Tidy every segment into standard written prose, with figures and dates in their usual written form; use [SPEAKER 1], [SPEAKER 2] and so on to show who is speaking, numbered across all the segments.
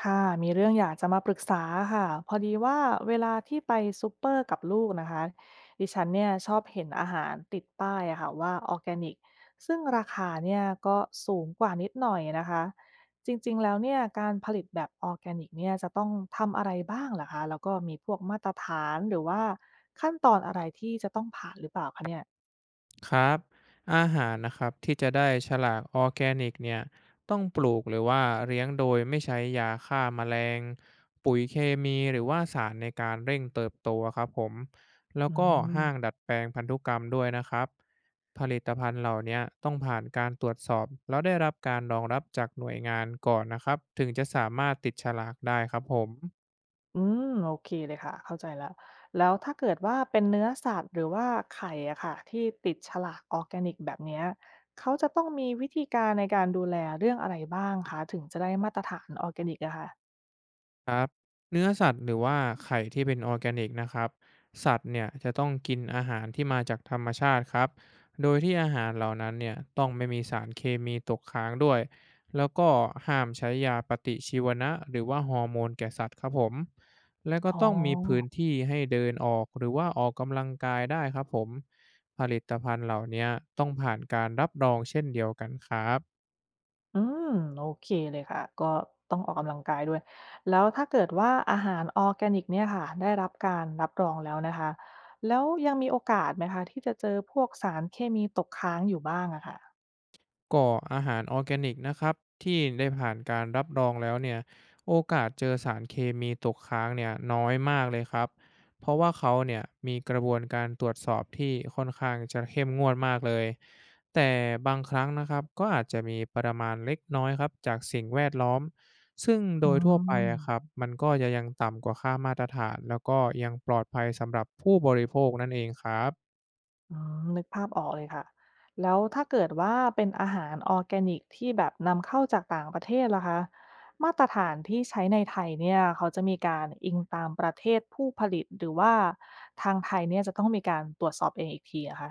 [SPEAKER 1] ค่ะมีเรื่องอยากจะมาปรึกษาค่ะพอดีว่าเวลาที่ไปซูเปอร์กับลูกนะคะดิฉันเนี่ยชอบเห็นอาหารติดป้ายอะค่ะว่าออร์แกนิกซึ่งราคาเนี่ยก็สูงกว่านิดหน่อยนะคะจริงๆแล้วเนี่ยการผลิตแบบออร์แกนิกเนี่ยจะต้องทำอะไรบ้างเหรอคะแล้วก็มีพวกมาตรฐานหรือว่าขั้นตอนอะไรที่จะต้องผ่านหรือเปล่าคะเนี่ย
[SPEAKER 2] ครับอาหารนะครับที่จะได้ฉลากออร์แกนิกเนี่ยต้องปลูกหรือว่าเลี้ยงโดยไม่ใช้ยาฆ่าแมลงปุ๋ยเคมีหรือว่าสารในการเร่งเติบโตครับผมแล้ว
[SPEAKER 1] อื
[SPEAKER 2] ก็ห้าง
[SPEAKER 1] ม
[SPEAKER 2] ดัดแปลงพันธุกรรมด้วยนะครับผลิตภัณฑ์เหล่าเนี้ยต้องผ่านการตรวจสอบแล้วได้รับการรองรับจากหน่วยงานก่อนนะครับถึงจะสามารถติดฉลากได้ครับผม
[SPEAKER 1] อืมโอเคเลยค่ะเข้าใจแล้วแล้วถ้าเกิดว่าเป็นเนื้อสัตว์หรือว่าไข่อะค่ะที่ติดฉลากออร์แกนิกแบบเนี้ยเขาจะต้องมีวิธีการในการดูแลเรื่องอะไรบ้างคะถึงจะได้มาตรฐานออร์แกนิกอะค่ะ
[SPEAKER 2] ครับเนื้อสัตว์หรือว่าไข่ที่เป็นออร์แกนิกนะครับสัตว์เนี่ยจะต้องกินอาหารที่มาจากธรรมชาติครับโดยที่อาหารเหล่านั้นเนี่ยต้องไม่มีสารเคมีตกค้างด้วยแล้วก็ห้ามใช้ยาปฏิชีวนะหรือว่าฮอร์โมนแก่สัตว์ครับผมและก็
[SPEAKER 1] อ๋อ
[SPEAKER 2] ต้องมีพื้นที่ให้เดินออกหรือว่าออกกำลังกายได้ครับผมผลิตภัณฑ์เหล่าเนี้ยต้องผ่านการรับรองเช่นเดียวกันครับ
[SPEAKER 1] อืมโอเคเลยค่ะก็ต้องออกกำลังกายด้วยแล้วถ้าเกิดว่าอาหารออร์แกนิกเนี่ยค่ะได้รับการรับรองแล้วนะคะแล้วยังมีโอกาสไหมคะที่จะเจอพวกสารเคมีตกค้างอยู่บ้างอะค่ะ
[SPEAKER 2] ก็ออาหารออร์แกนิกนะครับที่ได้ผ่านการรับรองแล้วเนี่ยโอกาสเจอสารเคมีตกค้างเนี่ยน้อยมากเลยครับเพราะว่าเขาเนี่ยมีกระบวนการตรวจสอบที่ค่อนข้างจะเข้มงวดมากเลยแต่บางครั้งนะครับก็อาจจะมีปริมาณเล็กน้อยครับจากสิ่งแวดล้อมซึ่งโด
[SPEAKER 1] อื
[SPEAKER 2] ยทั่วไป
[SPEAKER 1] ม
[SPEAKER 2] อะครับมันก็จะยังต่ำกว่าค่ามาตรฐานแล้วก็ยังปลอดภัยสำหรับผู้บริโภคนั่นเองครับ
[SPEAKER 1] อืมนึกภาพออกเลยค่ะ แล้วถ้าเกิดว่าเป็นอาหารออร์แกนิกที่แบบนำเข้าจากต่างประเทศล่ะคะมาตรฐานที่ใช้ในไทยเนี่ยเขาจะมีการอิงตามประเทศผู้ผลิตหรือว่าทางไทยเนี่ยจะต้องมีการตรวจสอบเองอีกทีอะคะ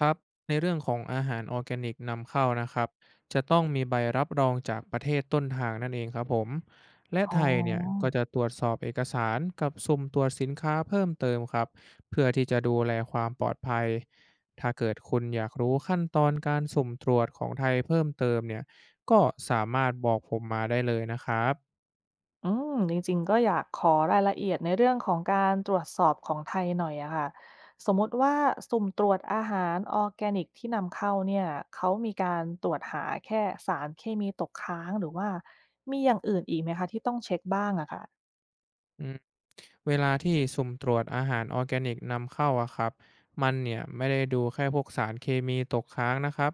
[SPEAKER 2] ครับในเรื่องของอาหารออร์แกนิกนำเข้านะครับจะต้องมีใบรับรองจากประเทศต้นทางนั่นเองครับผมและ
[SPEAKER 1] อ๋
[SPEAKER 2] ไทยเนี่ยก็
[SPEAKER 1] อ
[SPEAKER 2] จะตรวจสอบเอกสารกับสุ่มตรวจสินค้าเพิ่มเติมครับเพื่อที่จะดูแลความปลอดภัยถ้าเกิดคุณอยากรู้ขั้นตอนการสุ่มตรวจของไทยเพิ่มเติมเนี่ยก็สามารถบอกผมมาได้เลยนะครับ
[SPEAKER 1] อืมจริงๆก็อยากขอรายละเอียดในเรื่องของการตรวจสอบของไทยหน่อยอะค่ะสมมติว่าสุ่มตรวจอาหารออร์แกนิกที่นำเข้าเนี่ยเขามีการตรวจหาแค่สารเคมีตกค้างหรือว่ามีอย่างอื่นอีกไหมคะที่ต้องเช็คบ้างอะค่ะ
[SPEAKER 2] อืมเวลาที่สุ่มตรวจอาหารออร์แกนิกนำเข้าอะครับมันเนี่ยไม่ได้ดูแค่พวกสารเคมีตกค้างนะครับ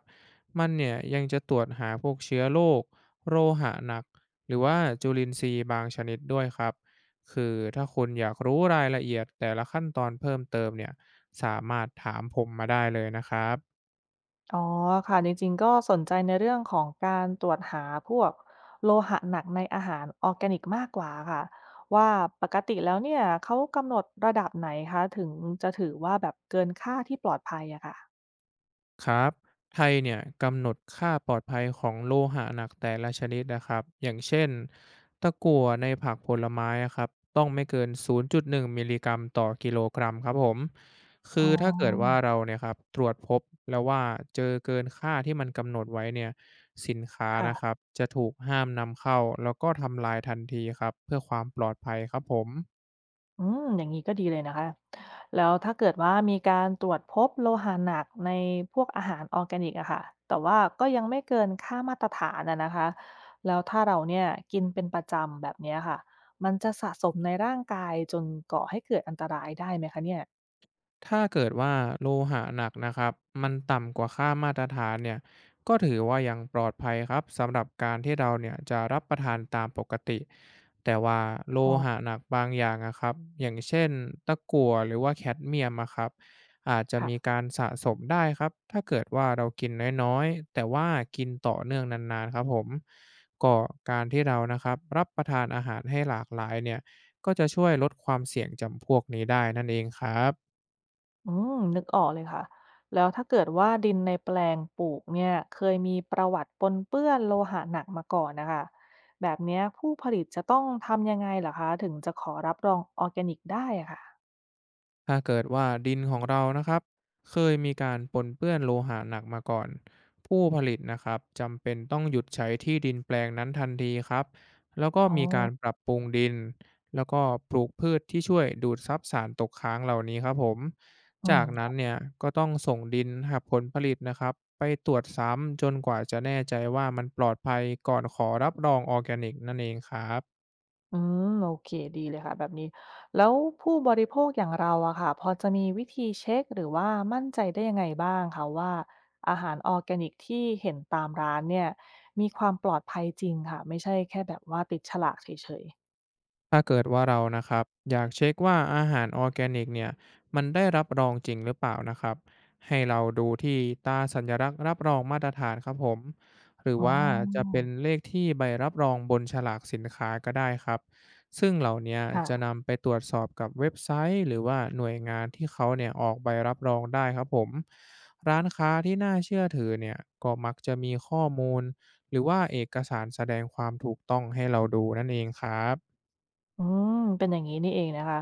[SPEAKER 2] มันเนี่ยยังจะตรวจหาพวกเชื้อโรคโลหะหนักหรือว่าจุลินทรีย์บางชนิดด้วยครับคือถ้าคุณอยากรู้รายละเอียดแต่ละขั้นตอนเพิ่มเติมเนี่ยสามารถถามผมมาได้เลยนะครับ
[SPEAKER 1] อ๋อค่ะจริงๆก็สนใจในเรื่องของการตรวจหาพวกโลหะหนักในอาหารออร์แกนิกมากกว่าค่ะว่าปกติแล้วเนี่ยเขากำหนดระดับไหนคะถึงจะถือว่าแบบเกินค่าที่ปลอดภัยอะค่ะ
[SPEAKER 2] ครับไทยเนี่ยกำหนดค่าปลอดภัยของโลหะหนักแต่ละชนิดนะครับอย่างเช่นตะกั่วในผักผลไม้อะครับต้องไม่เกิน 0.1 มิลลิกรัมต่อกิโลกรัมครับผมคื
[SPEAKER 1] อ๋
[SPEAKER 2] อถ้าเกิดว่า
[SPEAKER 1] อ
[SPEAKER 2] เราเนี่ยครับตรวจพบแล้วว่าเจอเกินค่าที่มันกำหนดไว้เนี่ยสินค้า
[SPEAKER 1] ค่ะ
[SPEAKER 2] นะครับจะถูกห้ามนำเข้าแล้วก็ทำลายทันทีครับเพื่อความปลอดภัยครับผม
[SPEAKER 1] อืมอย่างนี้ก็ดีเลยนะคะ แล้วถ้าเกิดว่ามีการตรวจพบโลหะหนักในพวกอาหารออร์แกนิกอะค่ะแต่ว่าก็ยังไม่เกินค่ามาตรฐานอะนะคะ แล้วถ้าเราเนี่ยกินเป็นประจำแบบเนี้ยค่ะ มันจะสะสมในร่างกายจนก่อให้เกิดอันตรายได้ไหมคะเนี่ย
[SPEAKER 2] ถ้าเกิดว่าโลหะหนักนะครับมันต่ำกว่าค่ามาตรฐานเนี่ยก็ถือว่ายังปลอดภัยครับสำหรับการที่เราเนี่ยจะรับประทานตามปกติแต่ว่าโล
[SPEAKER 1] อ๋อ
[SPEAKER 2] หะหนักบางอย่างนะครับอย่างเช่นตะกั่วหรือว่าแคดเมียมอะครับอาจจะ
[SPEAKER 1] ค่ะ
[SPEAKER 2] มีการสะสมได้ครับถ้าเกิดว่าเรากินน้อยๆแต่ว่ากินต่อเนื่องนานๆครับผมก็การที่เรานะครับรับประทานอาหารให้หลากหลายเนี่ยก็จะช่วยลดความเสี่ยงจำพวกนี้ได้นั่นเองครับ
[SPEAKER 1] อืมนึกออกเลยค่ะ แล้วถ้าเกิดว่าดินในแปลงปลูกเนี่ยเคยมีประวัติปนเปื้อนโลหะหนักมาก่อนนะคะ แบบเนี้ยผู้ผลิตจะต้องทำยังไงเหรอคะถึงจะขอรับรองออร์แกนิกได้อะค่ะ
[SPEAKER 2] ถ้าเกิดว่าดินของเรานะครับเคยมีการปนเปื้อนโลหะหนักมาก่อนผู้ผลิตนะครับจำเป็นต้องหยุดใช้ที่ดินแปลงนั้นทันทีครับแล้วก็
[SPEAKER 1] อ๋อ
[SPEAKER 2] มีการปรับปรุงดินแล้วก็ปลูกพืชที่ช่วยดูดซับสารตกค้างเหล่านี้ครับผม
[SPEAKER 1] อื
[SPEAKER 2] จา
[SPEAKER 1] ม
[SPEAKER 2] กนั้นเนี่ยก็ต้องส่งดินหากผลผลิตนะครับไปตรวจซ้ำจนกว่าจะแน่ใจว่ามันปลอดภัยก่อนขอรับรองออร์แกนิกนั่นเองครับ
[SPEAKER 1] อืมโอเคดีเลยค่ะแบบนี้ แล้วผู้บริโภคอย่างเราอะค่ะ พอจะมีวิธีเช็คหรือว่ามั่นใจได้ยังไงบ้างคะว่าอาหารออร์แกนิกที่เห็นตามร้านเนี่ยมีความปลอดภัยจริงค่ะไม่ใช่แค่แบบว่าติดฉลากเฉย
[SPEAKER 2] ถ้าเกิดว่าเรานะครับอยากเช็คว่าอาหารออร์แกนิกเนี่ยมันได้รับรองจริงหรือเปล่านะครับให้เราดูที่ตราสัญลักษณ์รับรองมาตรฐานครับผมหรือ
[SPEAKER 1] อ๋
[SPEAKER 2] ว่าจะ
[SPEAKER 1] อ
[SPEAKER 2] เป็นเลขที่ใบรับรองบนฉลากสินค้าก็ได้ครับซึ่งเหล่าเนี้ยจะ
[SPEAKER 1] ค่ะ
[SPEAKER 2] นำไปตรวจสอบกับเว็บไซต์หรือว่าหน่วยงานที่เขาเนี่ยออกใบรับรองได้ครับผมร้านค้าที่น่าเชื่อถือเนี่ยก็มักจะมีข้อมูลหรือว่าเอกสารแสดงความถูกต้องให้เราดูนั่นเองครับ
[SPEAKER 1] อืมเป็นอย่างงี้นี่เองนะคะ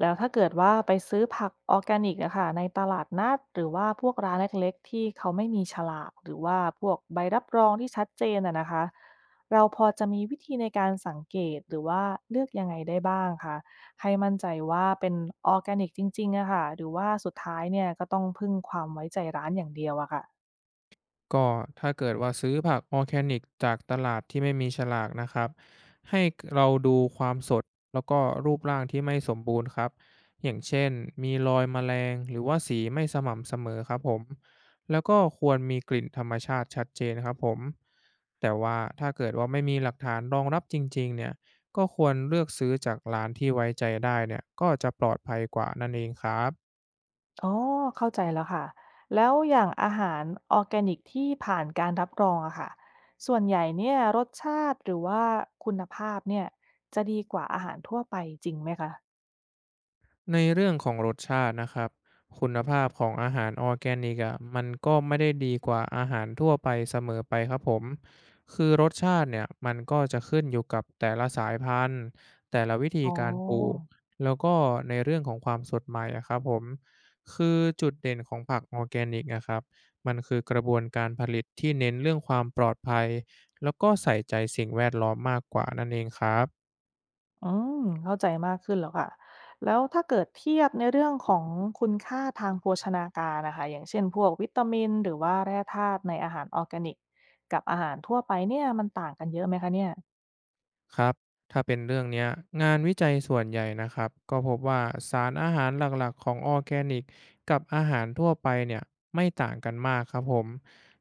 [SPEAKER 1] แล้วถ้าเกิดว่าไปซื้อผักออร์แกนิกอะค่ะในตลาดนัดหรือว่าพวกร้านเล็กๆที่เขาไม่มีฉลากหรือว่าพวกใบรับรองที่ชัดเจนอะนะคะ เราพอจะมีวิธีในการสังเกตหรือว่าเลือกยังไงได้บ้างคะให้มั่นใจว่าเป็นออร์แกนิกจริงๆอะค่ะหรือว่าสุดท้ายเนี่ยก็ต้องพึ่งความไว้ใจร้านอย่างเดียวอะค่ะ
[SPEAKER 2] ก็ถ้าเกิดว่าซื้อผักออร์แกนิกจากตลาดที่ไม่มีฉลากนะครับให้เราดูความสดแล้วก็รูปร่างที่ไม่สมบูรณ์ครับอย่างเช่นมีรอยแมลงหรือว่าสีไม่สม่ำเสมอครับผมแล้วก็ควรมีกลิ่นธรรมชาติชัดเจนครับผมแต่ว่าถ้าเกิดว่าไม่มีหลักฐานรองรับจริงๆเนี่ยก็ควรเลือกซื้อจากร้านที่ไว้ใจได้เนี่ยก็จะปลอดภัยกว่านั่นเองครับ
[SPEAKER 1] อ๋อเข้าใจแล้วค่ะแล้วอย่างอาหารออร์แกนิกที่ผ่านการรับรองอะค่ะส่วนใหญ่เนี่ยรสชาติหรือว่าคุณภาพเนี่ยจะดีกว่าอาหารทั่วไปจริงไหมคะ
[SPEAKER 2] ในเรื่องของรสชาตินะครับคุณภาพของอาหารออร์แกนิกอะมันก็ไม่ได้ดีกว่าอาหารทั่วไปเสมอไปครับผมคือรสชาติเนี่ยมันก็จะขึ้นอยู่กับแต่ละสายพันธุ์แต่ละวิธี
[SPEAKER 1] อ๋
[SPEAKER 2] การปลูก
[SPEAKER 1] อ
[SPEAKER 2] แล้วก็ในเรื่องของความสดใหม่อะครับผมคือจุดเด่นของผักออร์แกนิกนะครับมันคือกระบวนการผลิตที่เน้นเรื่องความปลอดภัยแล้วก็ใส่ใจสิ่งแวดล้อมมากกว่านั่นเองครับ
[SPEAKER 1] อืมเข้าใจมากขึ้นแล้วค่ะแล้วถ้าเกิดเทียบในเรื่องของคุณค่าทางโภชนาการน่ะค่ะอย่างเช่นพวกวิตามินหรือว่าแร่ธาตุในอาหารออร์แกนิกกับอาหารทั่วไปเนี่ยมันต่างกันเยอะไหมคะเนี่ย
[SPEAKER 2] ครับถ้าเป็นเรื่องเนี้ยงานวิจัยส่วนใหญ่นะครับก็พบว่าสารอาหารหลักๆของออร์แกนิกกับอาหารทั่วไปเนี่ยไม่ต่างกันมากครับผม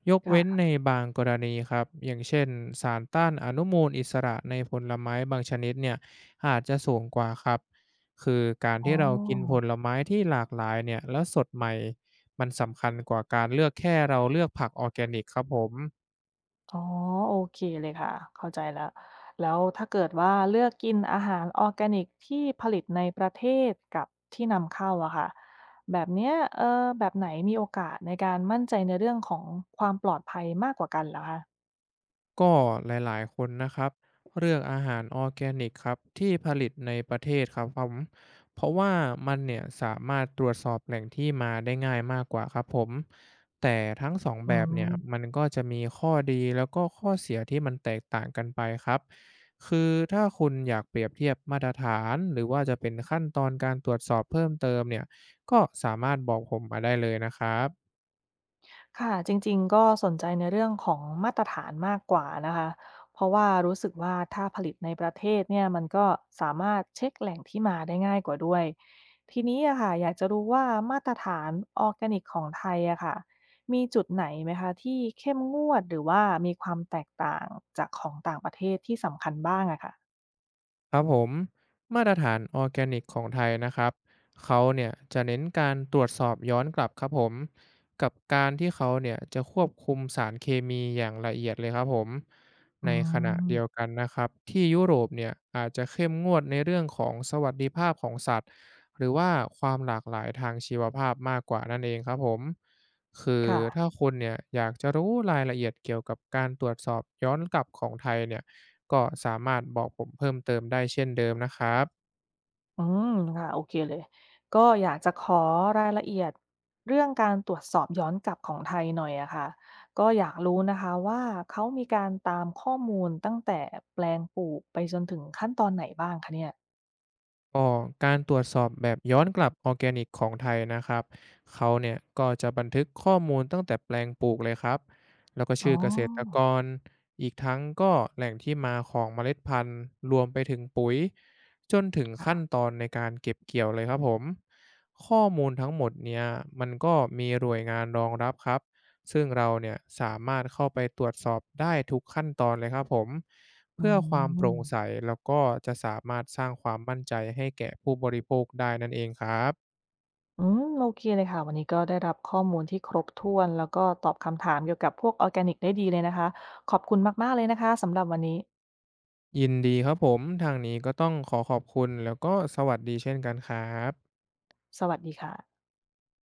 [SPEAKER 2] ยกเว้น
[SPEAKER 1] ค่ะ
[SPEAKER 2] ในบางกรณีครับอย่างเช่นสารต้านอนุมูลอิสระในผลไม้บางชนิดเนี่ยอาจจะสูงกว่าครับคือการ
[SPEAKER 1] อ๋อ
[SPEAKER 2] ที่เรากินผลไม้ที่หลากหลายเนี่ยแล้วสดใหม่มันสำคัญกว่าการเลือกแค่เราเลือกผักออร์แกนิกครับผม
[SPEAKER 1] อ๋อโอเคเลยค่ะเข้าใจแล้วแล้วถ้าเกิดว่าเลือกกินอาหารออร์แกนิกที่ผลิตในประเทศกับที่นำเข้าอะค่ะแบบเนี้ยแบบไหนมีโอกาสในการมั่นใจในเรื่องของความปลอดภัยมากกว่ากันเหรอคะ
[SPEAKER 2] ก็หลายๆคนนะครับเลือกอาหารออร์แกนิกครับที่ผลิตในประเทศครับผมเพราะว่ามันเนี่ยสามารถตรวจสอบแหล่งที่มาได้ง่ายมากกว่าครับผมแต่ทั้งสอง
[SPEAKER 1] อื
[SPEAKER 2] แบบเนี่ยมั
[SPEAKER 1] ม
[SPEAKER 2] นก็จะมีข้อดีแล้วก็ข้อเสียที่มันแตกต่างกันไปครับคือถ้าคุณอยากเปรียบเทียบมาตรฐานหรือว่าจะเป็นขั้นตอนการตรวจสอบเพิ่มเติมเนี่ยก็สามารถบอกผมมาได้เลยนะครับ
[SPEAKER 1] ค่ะจริงๆก็สนใจในเรื่องของมาตรฐานมากกว่านะคะเพราะว่ารู้สึกว่าถ้าผลิตในประเทศเนี่ยมันก็สามารถเช็คแหล่งที่มาได้ง่ายกว่าด้วยทีนี้อะค่ะอยากจะรู้ว่ามาตรฐานออร์แกนิกของไทยอะค่ะมีจุดไหนไหมคะที่เข้มงวดหรือว่ามีความแตกต่างจากของต่างประเทศที่สำคัญบ้างอะค่ะ
[SPEAKER 2] ครับผมมาตรฐานออร์แกนิกของไทยนะครับเขาเนี่ยจะเน้นการตรวจสอบย้อนกลับครับผมกับการที่เขาเนี่ยจะควบคุมสารเคมีอย่างละเอียดเลยครับผม
[SPEAKER 1] อื
[SPEAKER 2] ในขณะเดียว
[SPEAKER 1] ม
[SPEAKER 2] กันนะครับที่ยุโรปเนี่ยอาจจะเข้มงวดในเรื่องของสวัสดิภาพของสัตว์หรือว่าความหลากหลายทางชีวภาพมากกว่านั่นเองครับผมคือ
[SPEAKER 1] ค่ะ
[SPEAKER 2] ถ้าคุณเนี่ยอยากจะรู้รายละเอียดเกี่ยวกับการตรวจสอบย้อนกลับของไทยเนี่ย ก็สามารถบอกผมเพิ่มเติมได้เช่นเดิมนะครับ
[SPEAKER 1] อืมค่ะโอเคเลยก็อยากจะขอรายละเอียดเรื่องการตรวจสอบย้อนกลับของไทยหน่อยอะค่ะก็อยากรู้นะคะว่าเขามีการตามข้อมูลตั้งแต่แปลงปลูกไปจนถึงขั้นตอนไหนบ้างคะเนี่ย
[SPEAKER 2] ก็การตรวจสอบแบบย้อนกลับออร์แกนิกของไทยนะครับเขาเนี่ยก็จะบันทึกข้อมูลตั้งแต่แปลงปลูกเลยครับแล้วก็
[SPEAKER 1] อ๋
[SPEAKER 2] ชื่อเกษตรก
[SPEAKER 1] อ
[SPEAKER 2] รอีกทั้งก็แหล่งที่มาของเมล็ดพันธุ์รวมไปถึงปุ๋ยจนถึงขั้น
[SPEAKER 1] ค่ะ
[SPEAKER 2] ตอนในการเก็บเกี่ยวเลยครับผมข้อมูลทั้งหมดเนี่ยมันก็มีหน่วยงานรองรับครับ ซึ่งเราเนี่ยสามารถเข้าไปตรวจสอบได้ทุกขั้นตอนเลยครับผม
[SPEAKER 1] อื
[SPEAKER 2] เพื่อความโปร่ง
[SPEAKER 1] ม
[SPEAKER 2] ใสแล้วก็จะสามารถสร้างความมั่นใจให้แก่ผู้บริโภคได้นั่นเองครับ
[SPEAKER 1] อืมโอเคเลยค่ะวันนี้ก็ได้รับข้อมูลที่ครบถ้วนแล้วก็ตอบคำถามเกี่ยวกับพวกออร์แกนิกได้ดีเลยนะคะขอบคุณมากๆเลยนะคะสำหรับวันนี้
[SPEAKER 2] ยินดีครับผมทางนี้ก็ต้องขอขอบคุณแล้วก็สวัสดีเช่นกันครับ
[SPEAKER 1] สวัสดีค่ะ